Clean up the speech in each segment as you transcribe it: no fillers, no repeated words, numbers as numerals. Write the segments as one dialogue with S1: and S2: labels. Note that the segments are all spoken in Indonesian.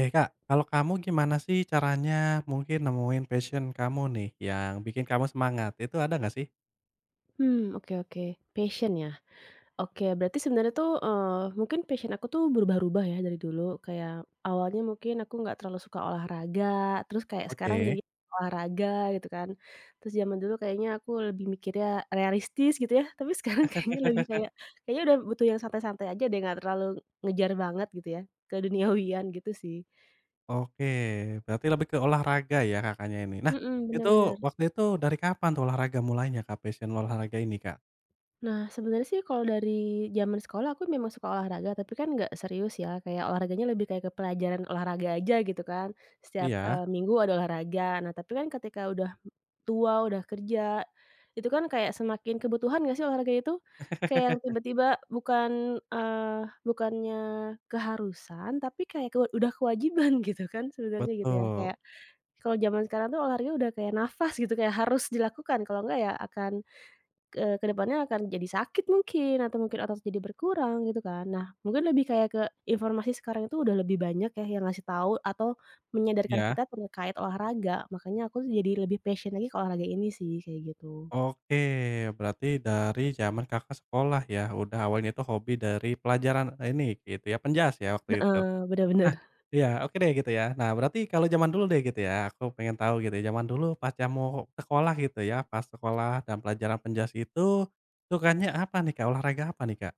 S1: Eh Kak, kalau kamu gimana sih caranya mungkin nemuin passion kamu nih, yang bikin kamu semangat, itu ada nggak sih?
S2: Hmm oke oke. Passion ya? Oke, berarti sebenarnya tuh, mungkin passion aku tuh berubah-ubah ya dari dulu, kayak awalnya mungkin aku nggak terlalu suka olahraga, terus kayak sekarang
S1: Oke.
S2: jadi olahraga gitu kan. Terus zaman dulu kayaknya aku lebih mikirnya realistis gitu ya, tapi sekarang kayaknya lebih kayak, kayaknya udah butuh yang santai-santai aja deh, nggak terlalu ngejar banget gitu ya, keduniawian gitu sih.
S1: Oke, berarti lebih ke olahraga ya Kakaknya ini. Nah,
S2: Mhm,
S1: itu
S2: bener bener.
S1: waktu itu dari kapan tuh olahraga mulainya Kak, passion olahraga ini Kak?
S2: Nah, sebenarnya sih kalau dari zaman sekolah aku memang suka olahraga, tapi kan nggak serius ya, kayak olahraganya lebih kayak ke pelajaran olahraga aja gitu kan. Setiap,
S1: Iya,
S2: minggu ada olahraga. Nah, tapi kan ketika udah tua, udah kerja, itu kan kayak semakin kebutuhan nggak sih olahraga itu? Kayak yang tiba-tiba bukan, eee, bukannya keharusan, tapi kayak ke udah kewajiban gitu kan sebenarnya gitu ya. Kayak
S1: betul,
S2: kalau zaman sekarang tuh olahraga udah kayak nafas gitu, kayak harus dilakukan, kalau nggak ya ke depannya akan jadi sakit mungkin atau mungkin otot jadi berkurang gitu kan. Nah, mungkin lebih kayak ke informasi sekarang itu udah lebih banyak ya yang ngasih tahu atau menyadarkan
S1: iya,
S2: kita terkait olahraga, makanya aku tuh jadi lebih passion lagi ke olahraga ini sih, kayak gitu.
S1: oke, berarti dari zaman Kakak sekolah ya, udah awalnya itu hobi dari pelajaran ini gitu ya, penjas ya waktu itu?
S2: Heeh, bener
S1: Nah,
S2: bener.
S1: iya, oke deh gitu ya. Nah, berarti kalau zaman dulu deh gitu ya, aku pengen tahu gitu ya, zaman dulu pas kamu sekolah gitu ya, pas sekolah dan pelajaran penjas itu, sukanya apa nih Kak, olahraga apa nih Kak?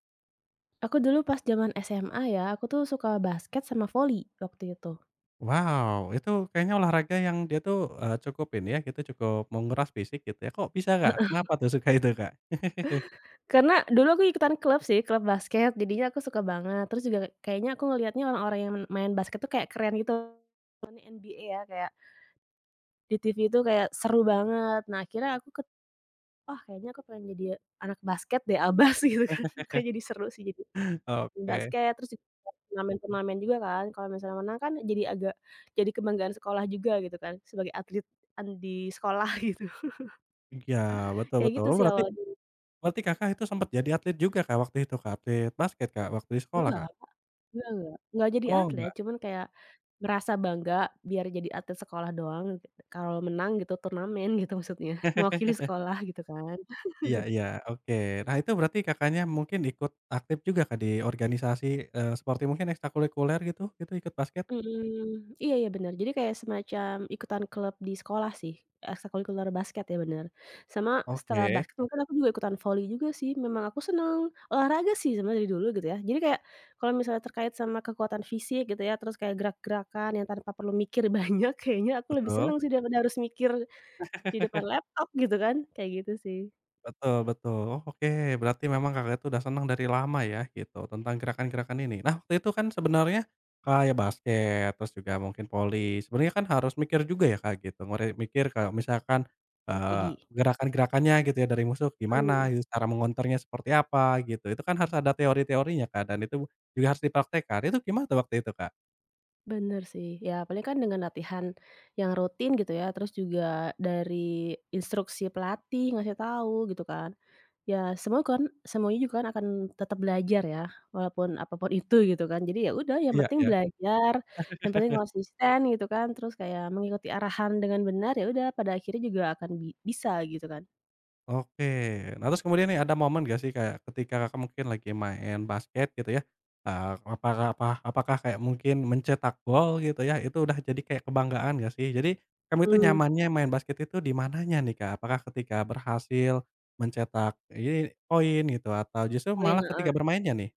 S2: Aku dulu pas zaman SMA ya, aku tuh suka basket sama voli waktu itu.
S1: Wow, itu kayaknya olahraga yang dia tuh, cukup ini ya, gitu, cukup menguras fisik gitu ya, kok bisa Kak? Kenapa tuh suka itu Kak?
S2: Karena dulu aku ikutan klub sih, klub basket, jadinya aku suka banget. Terus juga kayaknya aku ngelihatnya orang-orang yang main basket tuh kayak keren gitu, NBA ya kayak di TV itu kayak seru banget. Nah, akhirnya aku ket "Wah, kayaknya aku pengen jadi anak basket deh, Abas," gitu kan. Makanya jadi seru sih jadi
S1: Oke,
S2: basket, terus juga turnamen-turnamen juga kan, kalau misalnya menang kan jadi kebanggaan sekolah juga gitu kan, sebagai atlet di sekolah gitu.
S1: iya, betul
S2: Kayak
S1: betul.
S2: gitu
S1: Oh
S2: sih
S1: berarti
S2: awalnya.
S1: berarti Kakak itu sempet jadi atlet juga Kak, waktu itu Kak? Atlet basket Kak, waktu di sekolah
S2: Enggak,
S1: Kak?
S2: enggak, enggak. Enggak jadi
S1: Oh
S2: atlet,
S1: enggak?
S2: cuman kayak merasa bangga biar jadi atlet sekolah doang, kalau menang gitu turnamen gitu maksudnya, mewakili sekolah gitu kan.
S1: Iya iya, oke. Nah, itu berarti Kakaknya mungkin ikut aktif juga Kak, di organisasi, seperti mungkin ekstrakurikuler gitu gitu, ikut basket?
S2: Mhm, iya, iya, bener. Jadi kayak semacam ikutan klub di sekolah sih, ekstrakurikuler basket ya bener. Sama setelah
S1: Oke,
S2: basket mungkin aku juga ikutan voli juga sih, memang aku seneng olahraga sih sebenarnya dari dulu gitu ya. Jadi kayak kalau misalnya terkait sama kekuatan fisik gitu ya, terus kayak gerak-gerakan yang tanpa perlu mikir banyak, kayaknya aku lebih
S1: betul.
S2: seneng sih daripada harus mikir di depan laptop gitu kan, kayak gitu sih,
S1: Betul betul. Oh oke, berarti memang Kakak itu udah senang dari lama ya gitu tentang gerakan-gerakan ini. Nah waktu itu kan sebenarnya kayak basket, terus juga mungkin voli, sebenarnya kan harus mikir juga ya Kak gitu, ngore mikir kalau misalkan, eee,
S2: strategi.
S1: gerakan-gerakannya gitu ya dari musuh gimana
S2: Mmm.
S1: gitu, cara mengonternya seperti apa gitu, itu kan harus ada teori-teorinya Kak dan itu juga harus dipraktekkan, itu gimana tuh waktu itu Kak?
S2: Bener sih, ya paling kan dengan latihan yang rutin gitu ya, terus juga dari instruksi pelatih ngasih tahu gitu kan. Ya semua kan semuanya juga kan akan tetap belajar ya, walaupun apapun itu gitu kan. Jadi ya udah yang
S1: Iya
S2: penting
S1: iya.
S2: belajar, yang penting konsisten gitu kan, terus kayak mengikuti arahan dengan benar, ya udah pada akhirnya juga akan bisa gitu kan.
S1: Oke. Nah, terus kemudian nih ada momen gak sih kayak ketika Kakak mungkin lagi main basket gitu ya, apakah kayak mungkin mencetak gol gitu ya, itu udah jadi kayak kebanggaan gak sih? Jadi kamu itu
S2: Mmm.
S1: nyamannya main basket itu di mananya nih, Kak? Apakah ketika berhasil mencetak ini poin gitu atau justru
S2: Poin.
S1: malah ketika bermainnya nih?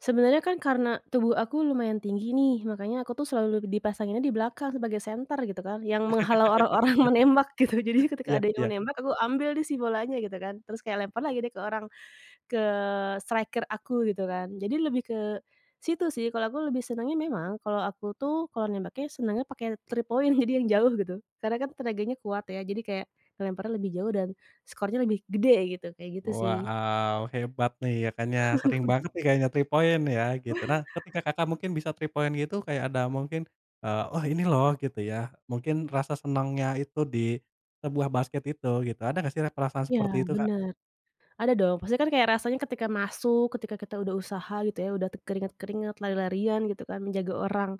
S2: Sebenarnya kan karena tubuh aku lumayan tinggi nih, makanya aku tuh selalu dipasanginnya di belakang sebagai senter gitu kan, yang menghalau orang-orang menembak gitu. Jadi
S1: Iya
S2: ketika ada yang
S1: iya.
S2: menembak, aku ambil deh si bolanya gitu kan, terus kayak lempar lagi deh ke orang, ke striker aku gitu kan. Jadi lebih ke situ sih, kalau aku lebih senangnya memang kalau aku tuh kalau nembaknya senangnya pakai 3 point jadi yang jauh gitu. Karena kan tenaganya kuat ya, jadi kayak ngelemparnya lebih jauh dan skornya lebih gede gitu, kayak gitu sih.
S1: Wow, hebat nih ya kan ya, sering banget nih kayaknya 3 point ya gitu. Nah, ketika Kakak mungkin bisa 3 point gitu kayak ada mungkin, "Oh ini loh," gitu ya, mungkin rasa senangnya itu di sebuah basket itu gitu, ada nggak sih perasaan
S2: Ya
S1: seperti itu, Kak?
S2: benar. Ada dong, pasti kan kayak rasanya ketika masuk, ketika kita udah usaha gitu ya, udah keringat-keringat, lari-larian gitu kan, menjaga orang,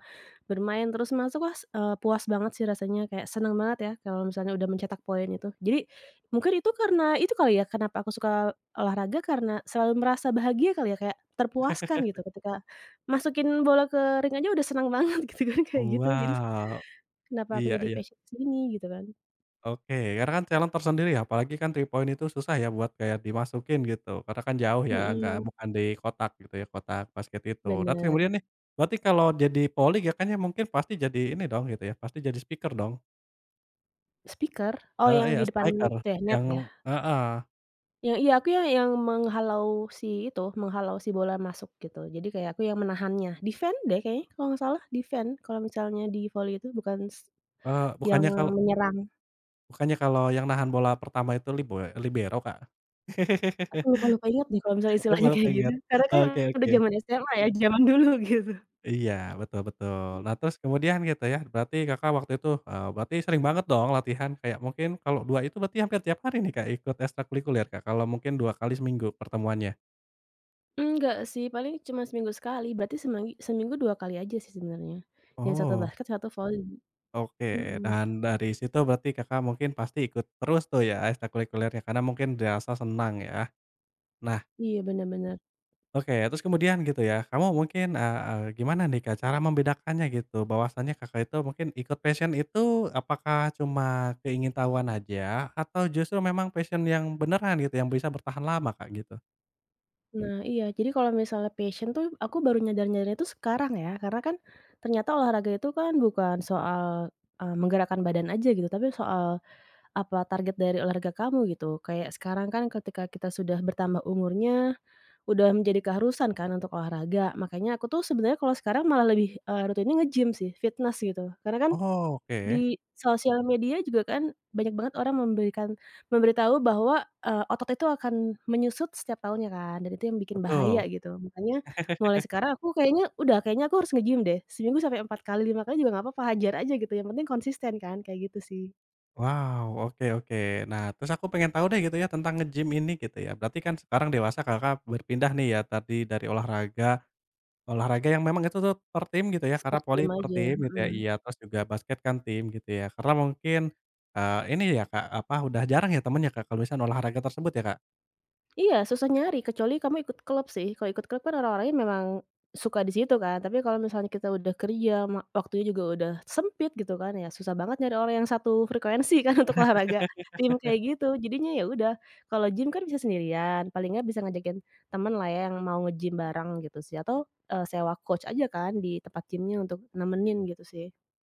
S2: bermain, terus masuk wah, puas banget sih rasanya, kayak seneng banget ya kalau misalnya udah mencetak poin itu. Jadi mungkin itu karena itu kali ya, kenapa aku suka olahraga karena selalu merasa bahagia kali ya, kayak terpuaskan gitu ketika masukin bola ke ring aja udah senang banget gitu kan, kayak gitu. Jadi
S1: Wow,
S2: kenapa aku
S1: iya
S2: jadi
S1: iya,
S2: passion ke sini gitu kan.
S1: oke, karena kan challenge tersendiri ya, apalagi kan 3 point itu susah ya buat kayak dimasukin gitu, karena kan jauh ya, nggak
S2: Mhm,
S1: bukan di kotak gitu ya, kotak basket itu. Nah, terus
S2: bener.
S1: kemudian nih, berarti kalau jadi poli, ya kan ya mungkin pasti jadi ini dong gitu ya, pasti jadi speaker dong?
S2: Speaker? Oh yang
S1: Iya
S2: di depan
S1: striker
S2: itu ya, net
S1: yang
S2: ya?
S1: heeh,
S2: Yang iya, aku yang menghalau si itu, menghalau si bola masuk gitu. Jadi kayak aku yang menahannya. Defend deh kayaknya kalau nggak salah, defend kalau misalnya di voli itu, bukan
S1: eee,
S2: yang
S1: bukannya kalau
S2: menyerang.
S1: bukannya kalau yang nahan bola pertama itu libero, Kak.
S2: Aku lupa lupa ingat deh kalau misalnya
S1: Aku
S2: istilahnya
S1: baru
S2: kayak gitu.
S1: keinget.
S2: Karena kan
S1: Oke
S2: udah
S1: oke.
S2: zaman SMA ya, zaman dulu gitu.
S1: Iya, betul betul. Nah, terus kemudian gitu ya, berarti Kakak waktu itu, berarti sering banget dong latihan kayak mungkin kalau 2 itu berarti hampir tiap hari nih, Kak, ikut ekstrakurikuler, Kak, kalau mungkin 2 kali seminggu pertemuannya?
S2: Enggak sih, paling cuma seminggu sekali. Berarti seminggu 2 kali aja sih sebenarnya. Yang satu
S1: Oh,
S2: basket, satu voli.
S1: oke.
S2: Mhm.
S1: Dan dari situ berarti Kakak mungkin pasti ikut terus tuh ya ekstrakurikulernya karena mungkin dirasa senang ya. Nah,
S2: Iya, bener bener.
S1: oke, terus kemudian gitu ya, kamu mungkin, eee eee, gimana nih, Kak, cara membedakannya gitu bahwasanya Kakak itu mungkin ikut passion itu apakah cuma keingintahuan aja atau justru memang passion yang beneran gitu yang bisa bertahan lama, Kak, gitu?
S2: Nah iya, jadi kalau misalnya passion tuh aku baru nyadar-nyadarnya itu sekarang ya, karena kan ternyata olahraga itu kan bukan soal, menggerakkan badan aja gitu, tapi soal apa target dari olahraga kamu gitu. Kayak sekarang kan ketika kita sudah bertambah umurnya, udah menjadi keharusan kan untuk olahraga, makanya aku tuh sebenarnya kalau sekarang malah lebih, rutinnya nge-gym sih, fitness gitu. Karena kan
S1: Oh, oke,
S2: di sosial media juga kan banyak banget orang memberitahu bahwa, otot itu akan menyusut setiap tahunnya kan, dan itu yang bikin bahaya
S1: betul.
S2: gitu. Makanya mulai sekarang aku kayaknya udah, kayaknya aku harus nge-gym deh, seminggu sampai 4 kali, 5 kali juga nggak apa-apa, hajar aja gitu, yang penting konsisten kan, kayak gitu sih.
S1: Wow, oke oke. Nah, terus aku pengen tahu deh gitu ya tentang nge-gym ini gitu ya, berarti kan sekarang dewasa Kakak berpindah nih ya tadi dari olahraga olahraga yang memang itu tuh per tim gitu ya, karena
S2: Sport
S1: voli
S2: gym
S1: per
S2: aja,
S1: tim gitu ya
S2: mhm.
S1: iya, terus juga basket kan tim gitu ya. Karena mungkin, ini ya Kak, apa, udah jarang ya temennya Kak, kalau misalnya olahraga tersebut ya Kak?
S2: Iya, susah nyari kecuali kamu ikut klub sih. Kalau ikut klub kan orang-orangnya memang suka di situ kan, tapi kalau misalnya kita udah kerja, waktunya juga udah sempit gitu kan, ya susah banget nyari orang yang satu frekuensi kan untuk olahraga tim kayak gitu. Jadinya ya udah, kalau gym kan bisa sendirian, paling nggak bisa ngajakin temen lah ya yang mau nge-gym bareng gitu sih atau, sewa coach aja kan di tempat gymnya untuk nemenin gitu sih.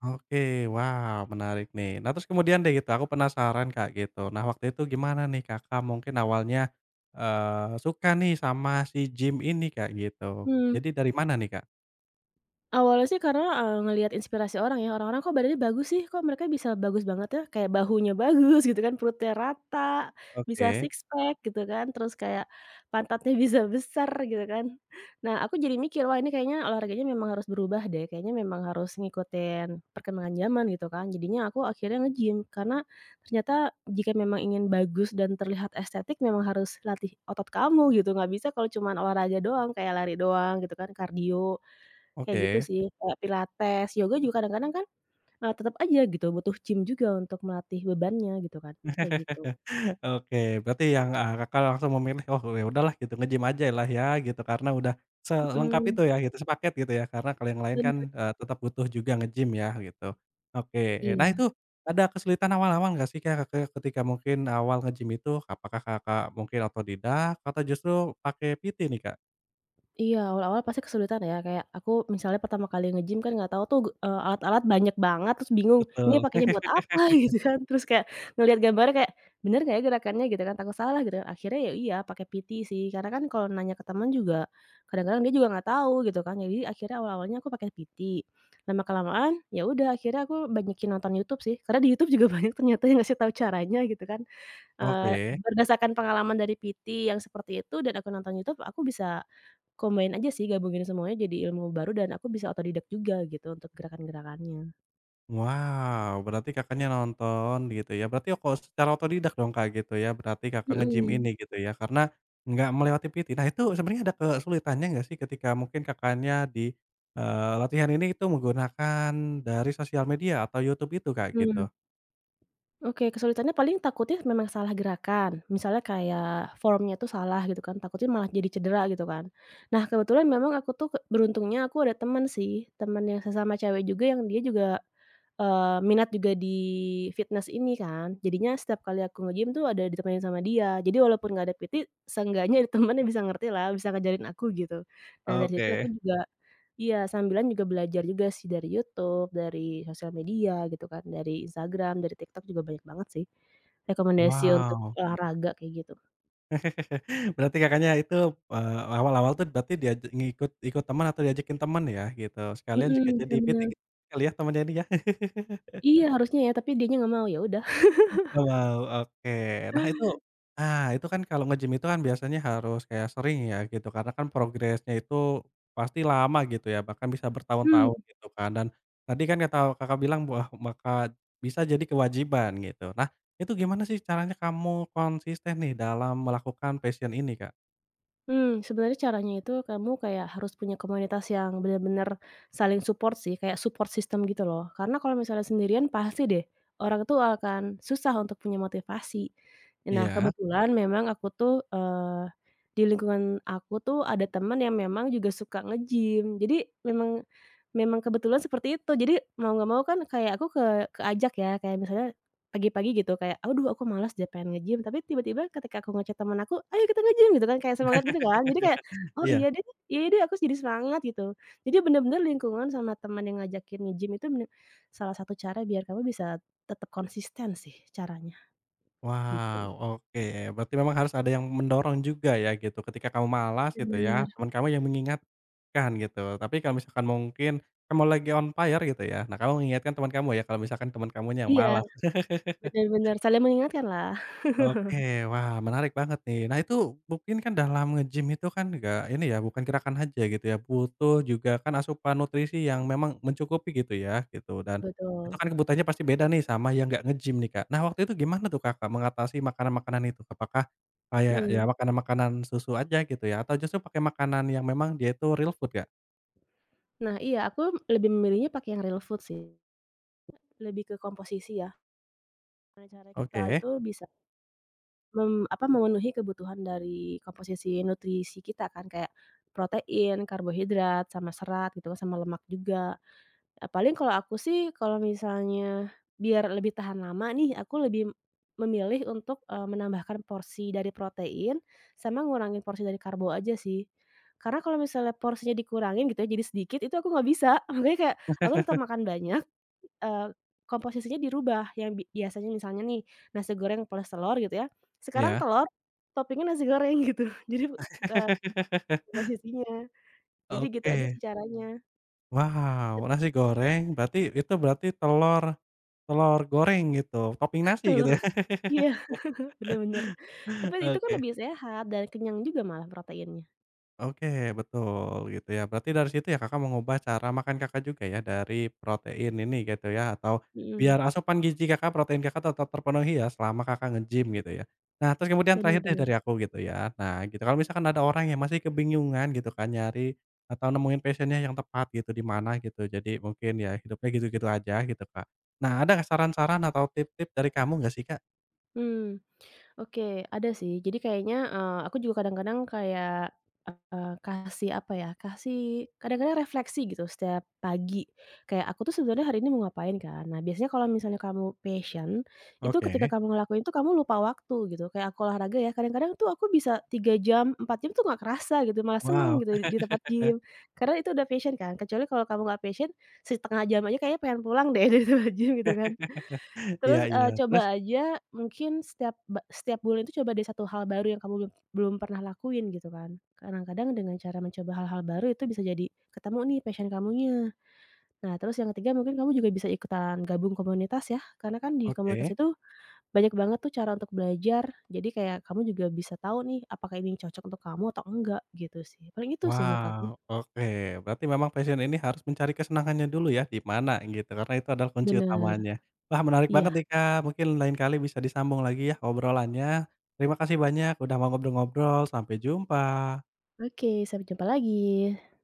S1: Oke, wow menarik nih. Nah terus kemudian deh gitu, aku penasaran Kak gitu, nah waktu itu gimana nih Kakak mungkin awalnya, suka nih sama si gym ini Kak gitu?
S2: Mhm.
S1: Jadi dari mana nih Kak?
S2: Awalnya sih karena, ngelihat inspirasi orang ya, orang-orang kok badannya bagus sih, kok mereka bisa bagus banget ya, kayak bahunya bagus gitu kan, perutnya rata, bisa
S1: Oke
S2: six pack gitu kan, terus kayak pantatnya bisa besar gitu kan. Nah, aku jadi mikir, "Wah, ini kayaknya olahraganya memang harus berubah deh, kayaknya memang harus ngikutin perkembangan zaman," gitu kan. Jadinya aku akhirnya nge-gym, karena ternyata jika memang ingin bagus dan terlihat estetik memang harus latih otot kamu gitu, nggak bisa kalau cuman olahraga doang, kayak lari doang gitu kan, kardio. Kayak gitu
S1: oke.
S2: sih, kayak pilates, yoga juga kadang-kadang kan, tetep aja gitu butuh gym juga untuk melatih bebannya gitu kan, kayak gitu.
S1: Oke, berarti yang, Kakak langsung memilih, "Oh, ya udahlah," gitu, "nge-gym ajalah ya," gitu, karena udah selengkap itu
S2: Mhm,
S1: ya gitu, sepaket gitu ya, karena kalau yang lain kan,
S2: bener,
S1: tetap butuh juga nge-gym ya gitu. Oke, nah
S2: iya.
S1: itu ada kesulitan awal-awal nggak sih, Kak, Kakak ketika mungkin awal nge-gym itu? Apakah Kakak mungkin otodidak atau justru pakai PT nih, Kak?
S2: Iya, awal-awal pasti kesulitan ya, kayak aku misalnya pertama kali nge-gym kan nggak tahu tuh, alat-alat banyak banget, terus bingung, ini
S1: Betul.
S2: pakainya buat apa gitu kan, terus kayak ngelihat gambarnya kayak, bener nggak ya gerakannya gitu kan, takut salah gitu kan, akhirnya ya iya pakai PT sih, karena kan kalau nanya ke teman juga, kadang-kadang dia juga nggak tahu gitu kan, jadi akhirnya awal-awalnya aku pakai PT. Lama kelamaan, ya udah akhirnya aku banyakin nonton YouTube sih, karena di YouTube juga banyak ternyata yang ngasih tahu caranya gitu kan. Eee,
S1: Oke.
S2: Berdasarkan pengalaman dari PT yang seperti itu dan aku nonton YouTube, aku bisa combine aja sih, gabungin semuanya jadi ilmu baru dan aku bisa otodidak juga gitu untuk gerakan-gerakannya.
S1: Wow, berarti Kakaknya nonton gitu ya, berarti kok secara otodidak dong, Kak, gitu ya, berarti Kakak nge-gym ini
S2: Mhm.
S1: gitu ya, karena nggak melewati PT. Nah itu sebenarnya ada kesulitannya nggak sih ketika mungkin Kakaknya di, latihan ini itu menggunakan dari sosial media atau YouTube itu, Kak, gitu?
S2: Mhm. Oke, kesulitannya paling takutnya memang salah gerakan, misalnya kayak formnya tuh salah gitu kan, takutnya malah jadi cedera gitu kan. Nah, kebetulan memang aku tuh beruntungnya aku ada teman sih, teman yang sesama cewek juga yang dia juga, minat juga di fitness ini kan, jadinya setiap kali aku nge-gym tuh ada ditemenin sama dia. Jadi walaupun nggak ada PT, seenggaknya ada bisa ngerti lah, bisa ngajarin aku gitu. Nah dari situ aku
S1: Oke.
S2: juga. Iya, sambilan juga belajar juga sih dari YouTube, dari sosial media gitu kan, dari Instagram, dari TikTok juga banyak banget sih, rekomendasi untuk
S1: Wow,
S2: olahraga kayak gitu.
S1: berarti Kakaknya itu, awal-awal tuh berarti dia ikut teman atau diajakin teman ya gitu, sekalian juga
S2: Mhm,
S1: jadi
S2: bener
S1: PT
S2: bener.
S1: kali ya temannya ini ya?
S2: Iya harusnya ya, tapi dianya nggak mau, ya udah.
S1: Ya, wow, oke. Nah itu ah, itu kan kalau nge-gym itu kan biasanya harus kayak sering ya gitu, karena kan progresnya itu pasti lama gitu ya, bahkan bisa bertahun-tahun gitu kan, dan tadi kan kata Kakak bilang, wah maka bisa jadi kewajiban gitu. Nah, itu gimana sih caranya kamu konsisten nih dalam melakukan passion ini, Kak?
S2: Hmm, sebenarnya caranya itu kamu kayak harus punya komunitas yang benar-benar saling support sih, kayak support system gitu loh. Karena kalau misalnya sendirian pasti deh, orang itu akan susah untuk punya motivasi. Nah,
S1: Iya
S2: kebetulan memang aku tuh, di lingkungan aku tuh ada teman yang memang juga suka nge-gym. Jadi memang memang kebetulan seperti itu. Jadi mau nggak mau kan kayak aku keajak ya, kayak misalnya pagi-pagi gitu kayak, "Aduh aku malas deh pengen nge-gym," tapi tiba-tiba ketika aku nge-chat temen aku, "Ayo kita nge-gym," gitu kan, kayak semangat gitu kan. Jadi kayak, "Oh
S1: iya.
S2: iya deh," aku jadi semangat gitu. Jadi bener-bener lingkungan sama teman yang ngajakin nge-gym itu bener salah satu cara biar kamu bisa tetap konsisten sih caranya,
S1: Wow,
S2: gitu.
S1: oke. Berarti memang harus ada yang mendorong juga ya gitu, ketika kamu malas gitu ya,
S2: Bener.
S1: teman kamu yang mengingatkan gitu. Tapi kalau misalkan mungkin kamu lagi on fire gitu ya, nah kamu mengingatkan teman kamu ya, kalau misalkan teman kamunya yang
S2: Iya,
S1: malas.
S2: bener bener, saling mengingatkan lah.
S1: Oke, wah menarik banget nih. Nah itu mungkin kan dalam nge-gym itu kan nggak ini ya, bukan gerakan aja gitu ya, butuh juga kan asupan nutrisi yang memang mencukupi gitu ya, gitu. Dan itu
S2: Betul.
S1: kan kebutuhannya pasti beda nih sama yang nggak nge-gym nih, Kak. Nah waktu itu gimana tuh Kakak mengatasi makanan-makanan itu? Apakah kayak ya
S2: Mhm.
S1: makanan-makanan susu aja gitu ya, atau justru pakai makanan yang memang dia itu real food, Kak?
S2: Nah iya, aku lebih memilihnya pakai yang real food sih, lebih ke komposisi ya. Gimana cara kita
S1: Oke,
S2: itu bisa memenuhi kebutuhan dari komposisi nutrisi kita kan, kayak protein, karbohidrat, sama serat gitu kan, sama lemak juga. Paling kalau aku sih kalau misalnya biar lebih tahan lama nih, aku lebih memilih untuk, menambahkan porsi dari protein, sama ngurangin porsi dari karbo aja sih. Karena kalau misalnya porsinya dikurangin gitu ya, jadi sedikit, itu aku nggak bisa. Makanya kayak aku tetap makan banyak. Eee, Komposisinya dirubah yang biasanya misalnya nih, nasi goreng plus telur gitu ya, sekarang
S1: ya.
S2: telur topping-nya nasi goreng gitu. Jadi, eee, komposisinya. Jadi gitu aja sih
S1: Oke,
S2: caranya.
S1: wow,
S2: Tapi
S1: nasi goreng berarti itu berarti telur Telur goreng gitu, topping
S2: kan
S1: nasi gitu
S2: telur
S1: ya?
S2: iya, bener bener. Tapi itu kan
S1: Oke
S2: lebih sehat dan kenyang juga malah proteinnya.
S1: oke, betul gitu ya. Berarti dari situ ya Kakak mengubah cara makan Kakak juga ya dari protein ini gitu ya, atau
S2: Mhm,
S1: biar asupan gizi Kakak, protein Kakak tetap terpenuhi ya selama Kakak nge-gym gitu ya. Nah terus kemudian terakhir
S2: bener
S1: deh
S2: bener.
S1: dari aku gitu ya, nah gitu kalau misalkan ada orang yang masih kebingungan gitu kan nyari atau nemuin passion yang tepat gitu di mana gitu, jadi mungkin ya hidupnya gitu-gitu aja gitu, Kak. Nah ada nggak saran-saran atau tip-tip dari kamu nggak sih, Kak?
S2: Mmm. Oke, ada sih. Jadi kayaknya, aku juga kadang-kadang kayak, kasih kadang-kadang refleksi gitu setiap pagi. Kayak aku tuh sebenarnya hari ini mau ngapain kan. Nah, biasanya kalau misalnya kamu passion, itu
S1: Oke,
S2: ketika kamu ngelakuin itu kamu lupa waktu gitu. Kayak aku olahraga ya, kadang-kadang tuh aku bisa 3 jam, 4 jam tuh nggak kerasa gitu, malah
S1: wow.
S2: seneng gitu di tempat gym. Karena itu udah passion kan, kecuali kalau kamu nggak passion, setengah jam aja kayaknya pengen pulang deh dari tempat gym gitu kan.
S1: Iya
S2: Terus,
S1: iya, terus?
S2: coba aja mungkin setiap bulan itu coba deh satu hal baru yang kamu belum belum pernah lakuin gitu kan. Kadang-kadang dengan cara mencoba hal-hal baru itu bisa jadi ketemu nih passion kamunya. Nah, terus yang ketiga mungkin kamu juga bisa ikutan gabung komunitas ya, karena kan di komunitas
S1: Oke.
S2: itu banyak banget tuh cara untuk belajar. Jadi kayak kamu juga bisa tahu nih apakah ini cocok untuk kamu atau enggak gitu sih. Paling itu sih menurut aku.
S1: Wow, oke. Berarti memang passion ini harus mencari kesenangannya dulu ya, di mana gitu, karena itu adalah kunci
S2: Bener.
S1: utamanya. Wah, menarik
S2: Iya.
S1: banget nih, Kak, mungkin lain kali bisa disambung lagi ya obrolannya. Terima kasih banyak udah mau ngobrol-ngobrol, sampai jumpa.
S2: Oke, sampai jumpa lagi.